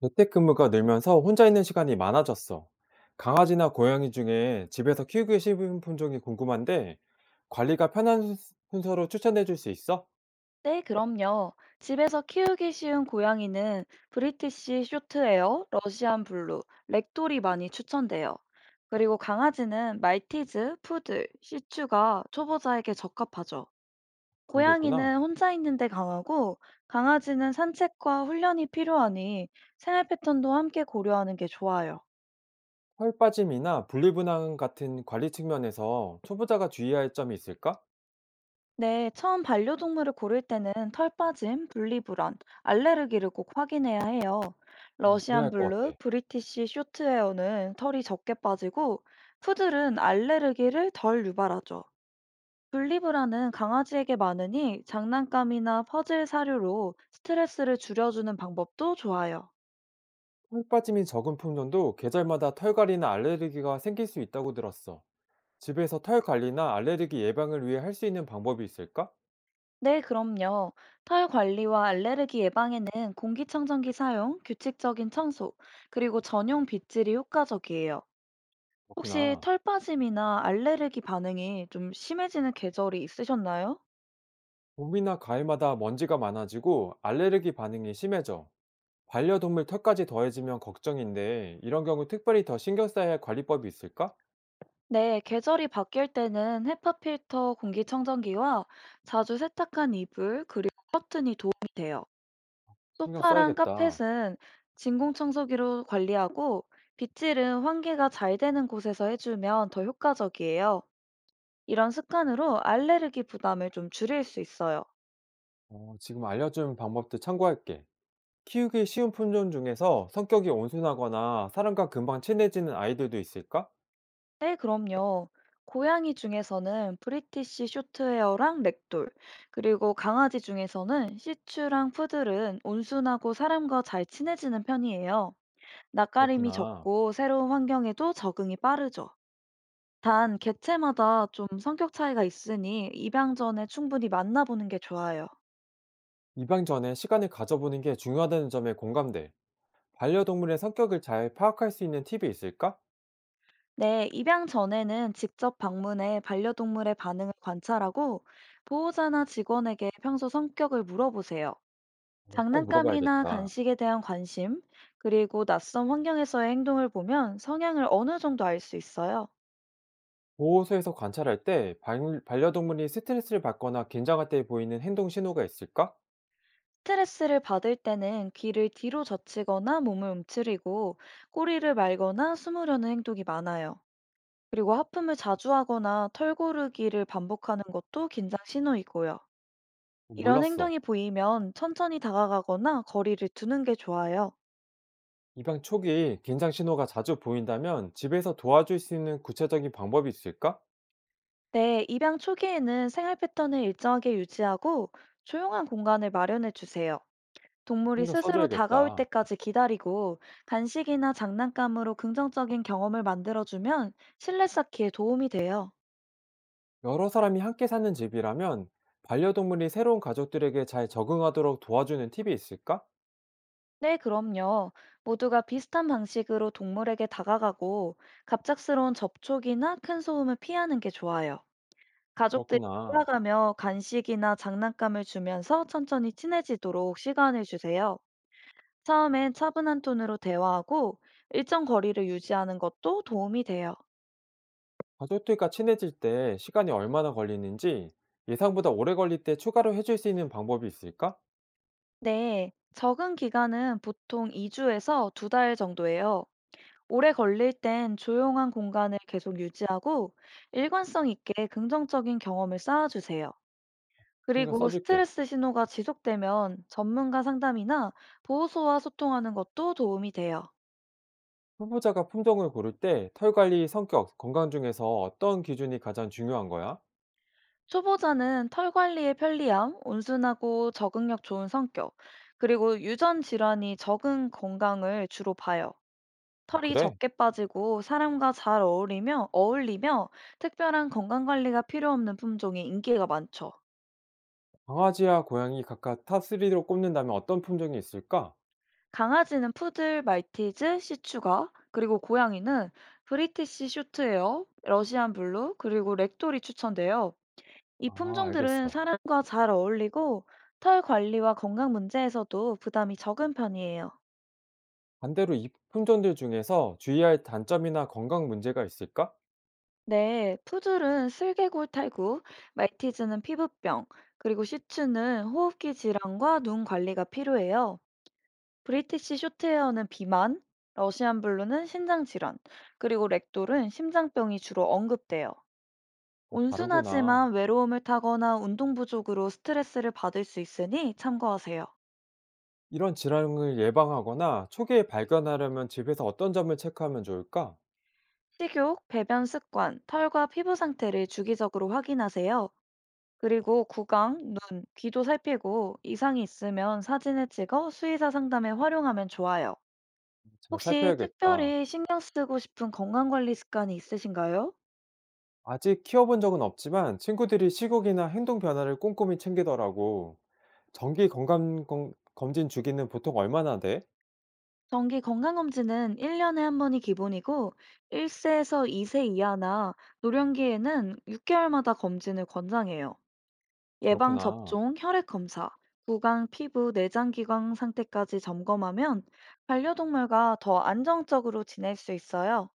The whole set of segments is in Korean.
재택근무가 늘면서 혼자 있는 시간이 많아졌어. 강아지나 고양이 중에 집에서 키우기 쉬운 품종이 궁금한데 관리가 편한 순서로 추천해 줄 수 있어? 네, 그럼요. 집에서 키우기 쉬운 고양이는 브리티시 쇼트웨어, 러시안 블루, 렉돌이 많이 추천돼요. 그리고 강아지는 말티즈, 푸들, 시츄가 초보자에게 적합하죠. 그런 게 있구나. 고양이는 혼자 있는데 강하고 강아지는 산책과 훈련이 필요하니 생활 패턴도 함께 고려하는 게 좋아요. 털 빠짐이나 분리분할 같은 관리 측면에서 초보자가 주의할 점이 있을까? 네, 처음 반려동물을 고를 때는 털빠짐, 분리불안, 알레르기를 꼭 확인해야 해요. 그래야 러시안 할 것 블루, 같아. 브리티시 쇼트헤어는 털이 적게 빠지고, 푸들은 알레르기를 덜 유발하죠. 분리불안은 강아지에게 많으니 장난감이나 퍼즐 사료로 스트레스를 줄여주는 방법도 좋아요. 털 빠짐이 적은 품종도 계절마다 털갈이나 알레르기가 생길 수 있다고 들었어. 집에서 털 관리나 알레르기 예방을 위해 할 수 있는 방법이 있을까? 네, 그럼요. 털 관리와 알레르기 예방에는 공기청정기 사용, 규칙적인 청소, 그리고 전용 빗질이 효과적이에요. 혹시 그렇구나. 털 빠짐이나 알레르기 반응이 좀 심해지는 계절이 있으셨나요? 봄이나 가을마다 먼지가 많아지고 알레르기 반응이 심해져. 반려동물 털까지 더해지면 걱정인데 이런 경우 특별히 더 신경 써야 할 관리법이 있을까? 네, 계절이 바뀔 때는 헤파 필터 공기청정기와 자주 세탁한 이불 그리고 돼요. 신경 소파랑 써야겠다. 카펫은 진공청소기로 관리하고 빗질은 환기가 잘 되는 곳에서 해주면 더 효과적이에요. 이런 습관으로 알레르기 부담을 좀 줄일 수 있어요. 지금 알려준 방법도 참고할게. 키우기 쉬운 품종 중에서 성격이 온순하거나 사람과 금방 친해지는 아이들도 있을까? 네, 그럼요. 고양이 중에서는 브리티시 쇼트헤어랑 렉돌, 그리고 강아지 중에서는 시츄랑 푸들은 온순하고 사람과 잘 친해지는 편이에요. 낯가림이 그렇구나. 적고 새로운 환경에도 적응이 빠르죠. 단, 개체마다 좀 성격 차이가 있으니 입양 전에 충분히 만나보는 게 좋아요. 입양 전에 시간을 가져보는 게 중요하다는 점에 공감돼. 반려동물의 성격을 잘 파악할 수 있는 팁이 있을까? 네, 입양 전에는 직접 방문해 반려동물의 반응을 관찰하고 보호자나 직원에게 평소 성격을 물어보세요. 꼭 장난감이나 물어봐야겠다. 간식에 대한 관심, 그리고 낯선 환경에서의 행동을 보면 성향을 어느 정도 알 수 있어요. 보호소에서 관찰할 때 반려동물이 스트레스를 받거나 긴장할 때 보이는 행동 신호가 있을까? 스트레스를 받을 때는 귀를 뒤로 젖히거나 몸을 움츠리고 꼬리를 말거나 숨으려는 행동이 많아요. 그리고 하품을 자주 하거나 털 고르기를 반복하는 것도 긴장 신호이고요. 이런 몰랐어. 행동이 보이면 천천히 다가가거나 거리를 두는 게 좋아요. 입양 초기 긴장 신호가 자주 보인다면 집에서 도와줄 수 있는 구체적인 방법이 있을까? 네, 입양 초기에는 생활 패턴을 일정하게 유지하고 조용한 공간을 마련해 주세요. 동물이 신경 스스로 다가올 써줘야겠다. 때까지 기다리고 간식이나 장난감으로 긍정적인 경험을 만들어주면 신뢰 쌓기에 도움이 돼요. 여러 사람이 함께 사는 집이라면 반려동물이 새로운 가족들에게 잘 적응하도록 도와주는 팁이 있을까? 네, 그럼요. 모두가 비슷한 방식으로 동물에게 다가가고 갑작스러운 접촉이나 큰 소음을 피하는 게 좋아요. 가족들이 그렇구나. 돌아가며 간식이나 장난감을 주면서 천천히 친해지도록 시간을 주세요. 처음엔 차분한 톤으로 대화하고 일정 거리를 유지하는 것도 도움이 돼요. 가족들과 친해질 때 시간이 얼마나 걸리는지 예상보다 오래 걸릴 때 추가로 해줄 수 있는 방법이 있을까? 네, 적응 기간은 보통 2주에서 2달 정도예요. 오래 걸릴 땐 조용한 공간을 계속 유지하고 일관성 있게 긍정적인 경험을 쌓아주세요. 신경 그리고 써줄게. 스트레스 신호가 지속되면 전문가 상담이나 보호소와 소통하는 것도 도움이 돼요. 후보자가 품종을 고를 때 털 관리, 성격, 건강 중에서 어떤 기준이 가장 중요한 거야? 초보자는 털 관리의 편리함, 온순하고 적응력 좋은 성격, 그리고 유전 질환이 적은 건강을 주로 봐요. 털이 그래? 적게 빠지고 사람과 잘 어울리며 특별한 건강 관리가 필요 없는 품종이 인기가 많죠. 강아지와 고양이 각각 탑3로 꼽는다면 어떤 품종이 있을까? 강아지는 푸들, 말티즈, 시츄가, 그리고 고양이는 브리티시 쇼트헤어, 러시안 블루, 그리고 렉돌이 추천돼요. 이 아, 품종들은 알겠어. 사람과 잘 어울리고 털 관리와 건강 문제에서도 부담이 적은 편이에요. 반대로 이 품종들 중에서 주의할 단점이나 건강 문제가 있을까? 네, 푸들은 슬개골 탈구, 말티즈는 피부병, 그리고 시츄는 호흡기 질환과 눈 관리가 필요해요. 브리티시 쇼트헤어는 비만, 러시안 블루는 신장 질환, 그리고 렉돌은 심장병이 주로 언급돼요. 다 다르구나. 온순하지만 외로움을 타거나 운동 부족으로 스트레스를 받을 수 있으니 참고하세요. 이런 질환을 예방하거나 초기에 발견하려면 집에서 어떤 점을 체크하면 좋을까? 식욕, 배변 습관, 털과 피부 상태를 주기적으로 확인하세요. 그리고 구강, 눈, 귀도 살피고 이상이 있으면 사진을 찍어 수의사 상담에 활용하면 좋아요. 잘 혹시 살펴야겠다. 특별히 신경 쓰고 싶은 건강관리 습관이 있으신가요? 아직 키워본 적은 없지만 친구들이 시국이나 행동 변화를 꼼꼼히 챙기더라고. 정기 건강 검진 주기는 보통 얼마나 돼? 정기 건강검진은 1년에 한 번이 기본이고 1세에서 2세 이하나 노령기에는 6개월마다 검진을 권장해요. 그렇구나. 예방접종, 혈액검사, 구강, 피부, 내장기관 상태까지 점검하면 반려동물과 더 안정적으로 지낼 수 있어요.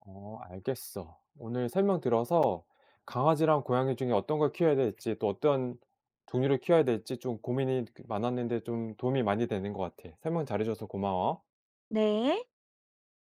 알겠어. 오늘 설명 들어서 강아지랑 고양이 중에 어떤 걸 키워야 될지 또 어떤 종류를 키워야 될지 좀 고민이 많았는데 좀 도움이 많이 되는 것 같아. 설명 잘해줘서 고마워. 네.